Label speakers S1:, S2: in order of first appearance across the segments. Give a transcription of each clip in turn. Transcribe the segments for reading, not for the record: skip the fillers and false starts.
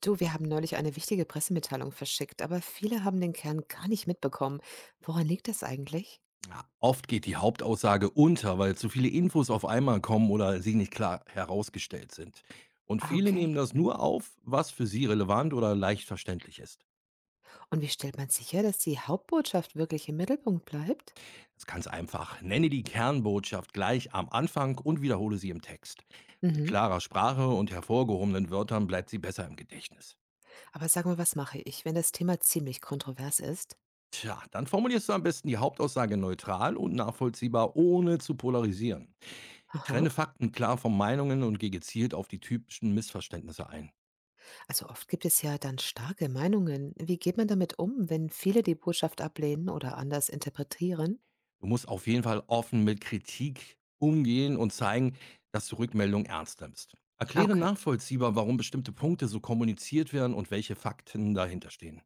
S1: Du, wir haben neulich eine wichtige Pressemitteilung verschickt, aber viele haben den Kern gar nicht mitbekommen. Woran liegt das eigentlich?
S2: Ja, oft geht die Hauptaussage unter, weil zu viele Infos auf einmal kommen oder sie nicht klar herausgestellt sind. Und
S1: Ah,
S2: viele nehmen
S1: okay.
S2: das nur auf, was für sie relevant oder leicht verständlich ist.
S1: Und wie stellt man sicher, dass die Hauptbotschaft wirklich im Mittelpunkt bleibt?
S2: Das ist ganz einfach. Nenne die Kernbotschaft gleich am Anfang und wiederhole sie im Text. Mit
S1: Mhm.
S2: klarer Sprache und hervorgehobenen Wörtern bleibt sie besser im Gedächtnis.
S1: Aber sag mal, was mache ich, wenn das Thema ziemlich kontrovers ist?
S2: Tja, dann formulierst du am besten die Hauptaussage neutral und nachvollziehbar, ohne zu polarisieren.
S1: Aha.
S2: Trenne Fakten klar von Meinungen und geh gezielt auf die typischen Missverständnisse ein.
S1: Also oft gibt es ja dann starke Meinungen. Wie geht man damit um, wenn viele die Botschaft ablehnen oder anders interpretieren?
S2: Du musst auf jeden Fall offen mit Kritik umgehen und zeigen, dass du Rückmeldungen ernst nimmst. Erkläre
S1: Okay.
S2: nachvollziehbar, warum bestimmte Punkte so kommuniziert werden und welche Fakten dahinter stehen.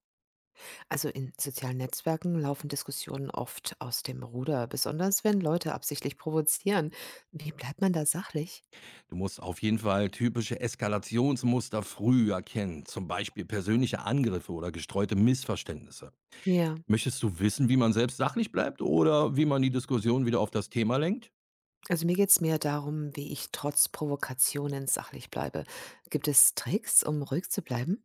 S1: Also in sozialen Netzwerken laufen Diskussionen oft aus dem Ruder, besonders wenn Leute absichtlich provozieren. Wie bleibt man da sachlich?
S2: Du musst auf jeden Fall typische Eskalationsmuster früh erkennen, zum Beispiel persönliche Angriffe oder gestreute Missverständnisse.
S1: Ja,
S2: Möchtest du wissen, wie man selbst sachlich bleibt oder wie man die Diskussion wieder auf das Thema lenkt?
S1: also mir geht es mehr darum, wie ich trotz Provokationen sachlich bleibe. Gibt es Tricks, um ruhig zu bleiben?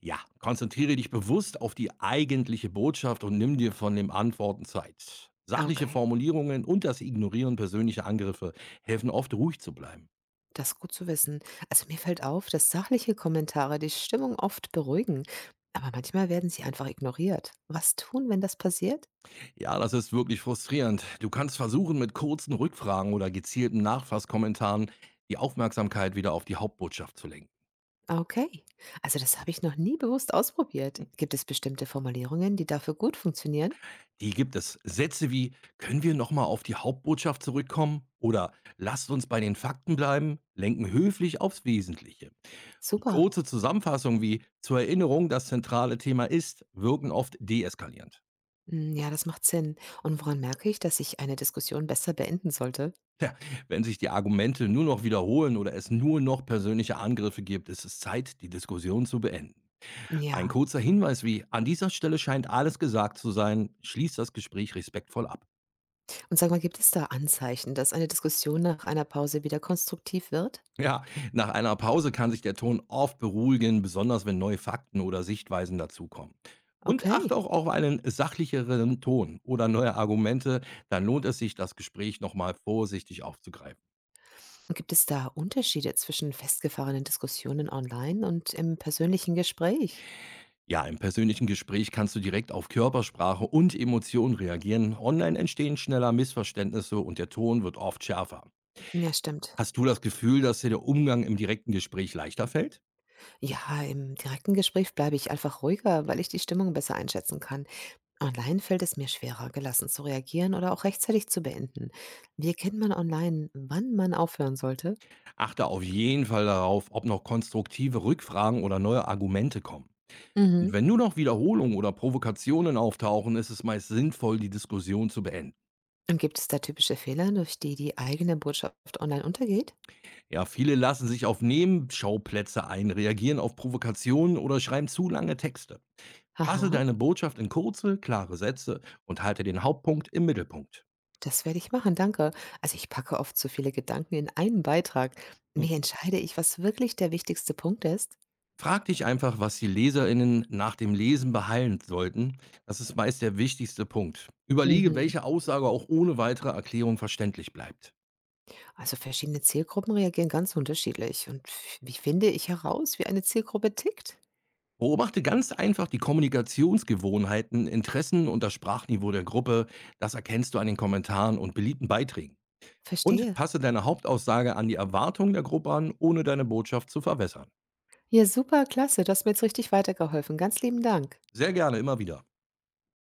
S2: Ja, konzentriere dich bewusst auf die eigentliche Botschaft und nimm dir von den Antworten Zeit.
S1: Ah,
S2: Sachliche
S1: okay,
S2: Formulierungen und das Ignorieren persönlicher Angriffe helfen oft, ruhig zu bleiben.
S1: das ist gut zu wissen. Also mir fällt auf, dass sachliche Kommentare die Stimmung oft beruhigen, aber manchmal werden sie einfach ignoriert. Was tun, wenn das passiert?
S2: Ja, das ist wirklich frustrierend. Du kannst versuchen, mit kurzen Rückfragen oder gezielten Nachfasskommentaren die Aufmerksamkeit wieder auf die Hauptbotschaft zu lenken.
S1: Okay. Also das habe ich noch nie bewusst ausprobiert. Gibt es bestimmte Formulierungen, die dafür gut funktionieren?
S2: Die gibt es. Sätze wie, können wir nochmal auf die Hauptbotschaft zurückkommen? Oder lasst uns bei den Fakten bleiben, lenken höflich aufs Wesentliche. Und
S1: Super.
S2: kurze Zusammenfassungen wie „Zur Erinnerung, das zentrale Thema ist“ wirken oft deeskalierend.
S1: Hm, ja, das macht Sinn. Und woran merke ich, dass ich eine Diskussion besser beenden sollte?
S2: Wenn sich die Argumente nur noch wiederholen oder es nur noch persönliche Angriffe gibt, ist es Zeit, die Diskussion zu beenden. Ein
S1: Ja.
S2: kurzer Hinweis wie „An dieser Stelle scheint alles gesagt zu sein“, schließt das Gespräch respektvoll ab.
S1: Und sag mal, gibt es da Anzeichen, dass eine Diskussion nach einer Pause wieder konstruktiv wird?
S2: Ja, nach einer Pause kann sich der Ton oft beruhigen, besonders wenn neue Fakten oder Sichtweisen dazukommen. Und
S1: Okay.
S2: achte auch auf einen sachlicheren Ton oder neue Argumente, dann lohnt es sich, das Gespräch nochmal vorsichtig aufzugreifen.
S1: Und gibt es da Unterschiede zwischen festgefahrenen Diskussionen online und im persönlichen Gespräch?
S2: Ja, im persönlichen Gespräch kannst du direkt auf Körpersprache und Emotionen reagieren. Online entstehen schneller Missverständnisse und der Ton wird oft schärfer.
S1: Ja, stimmt.
S2: Hast du das Gefühl, dass dir der Umgang im direkten Gespräch leichter fällt?
S1: Ja, im direkten Gespräch bleibe ich einfach ruhiger, weil ich die Stimmung besser einschätzen kann. Online fällt es mir schwerer, gelassen zu reagieren oder auch rechtzeitig zu beenden. Wie erkennt man online, wann man aufhören sollte?
S2: Achte auf jeden Fall darauf, ob noch konstruktive Rückfragen oder neue Argumente kommen. Und
S1: Mhm.
S2: wenn nur noch Wiederholungen oder Provokationen auftauchen, ist es meist sinnvoll, die Diskussion zu beenden.
S1: Und gibt es da typische Fehler, durch die die eigene Botschaft online untergeht?
S2: Ja, viele lassen sich auf Nebenschauplätze ein, reagieren auf Provokationen oder schreiben zu lange Texte. Fasse
S1: Aha,
S2: deine Botschaft in kurze, klare Sätze und halte den Hauptpunkt im Mittelpunkt.
S1: das werde ich machen, danke. Also ich packe oft zu viele Gedanken in einen Beitrag.
S2: Hm.
S1: Wie entscheide ich, was wirklich der wichtigste Punkt ist?
S2: Frag dich einfach, was die LeserInnen nach dem Lesen beheilen sollten. Das ist meist der wichtigste Punkt. Überlege,
S1: Mhm.
S2: welche Aussage auch ohne weitere Erklärung verständlich bleibt.
S1: Also verschiedene Zielgruppen reagieren ganz unterschiedlich. Und wie finde ich heraus, wie eine Zielgruppe tickt?
S2: Beobachte ganz einfach die Kommunikationsgewohnheiten, Interessen und das Sprachniveau der Gruppe. Das erkennst du an den Kommentaren und beliebten Beiträgen. Und
S1: Verstehe.
S2: passe deine Hauptaussage an die Erwartungen der Gruppe an, ohne deine Botschaft zu verwässern.
S1: Ja, super, klasse. Du hast mir jetzt richtig weitergeholfen. Ganz lieben Dank.
S2: Sehr gerne immer wieder.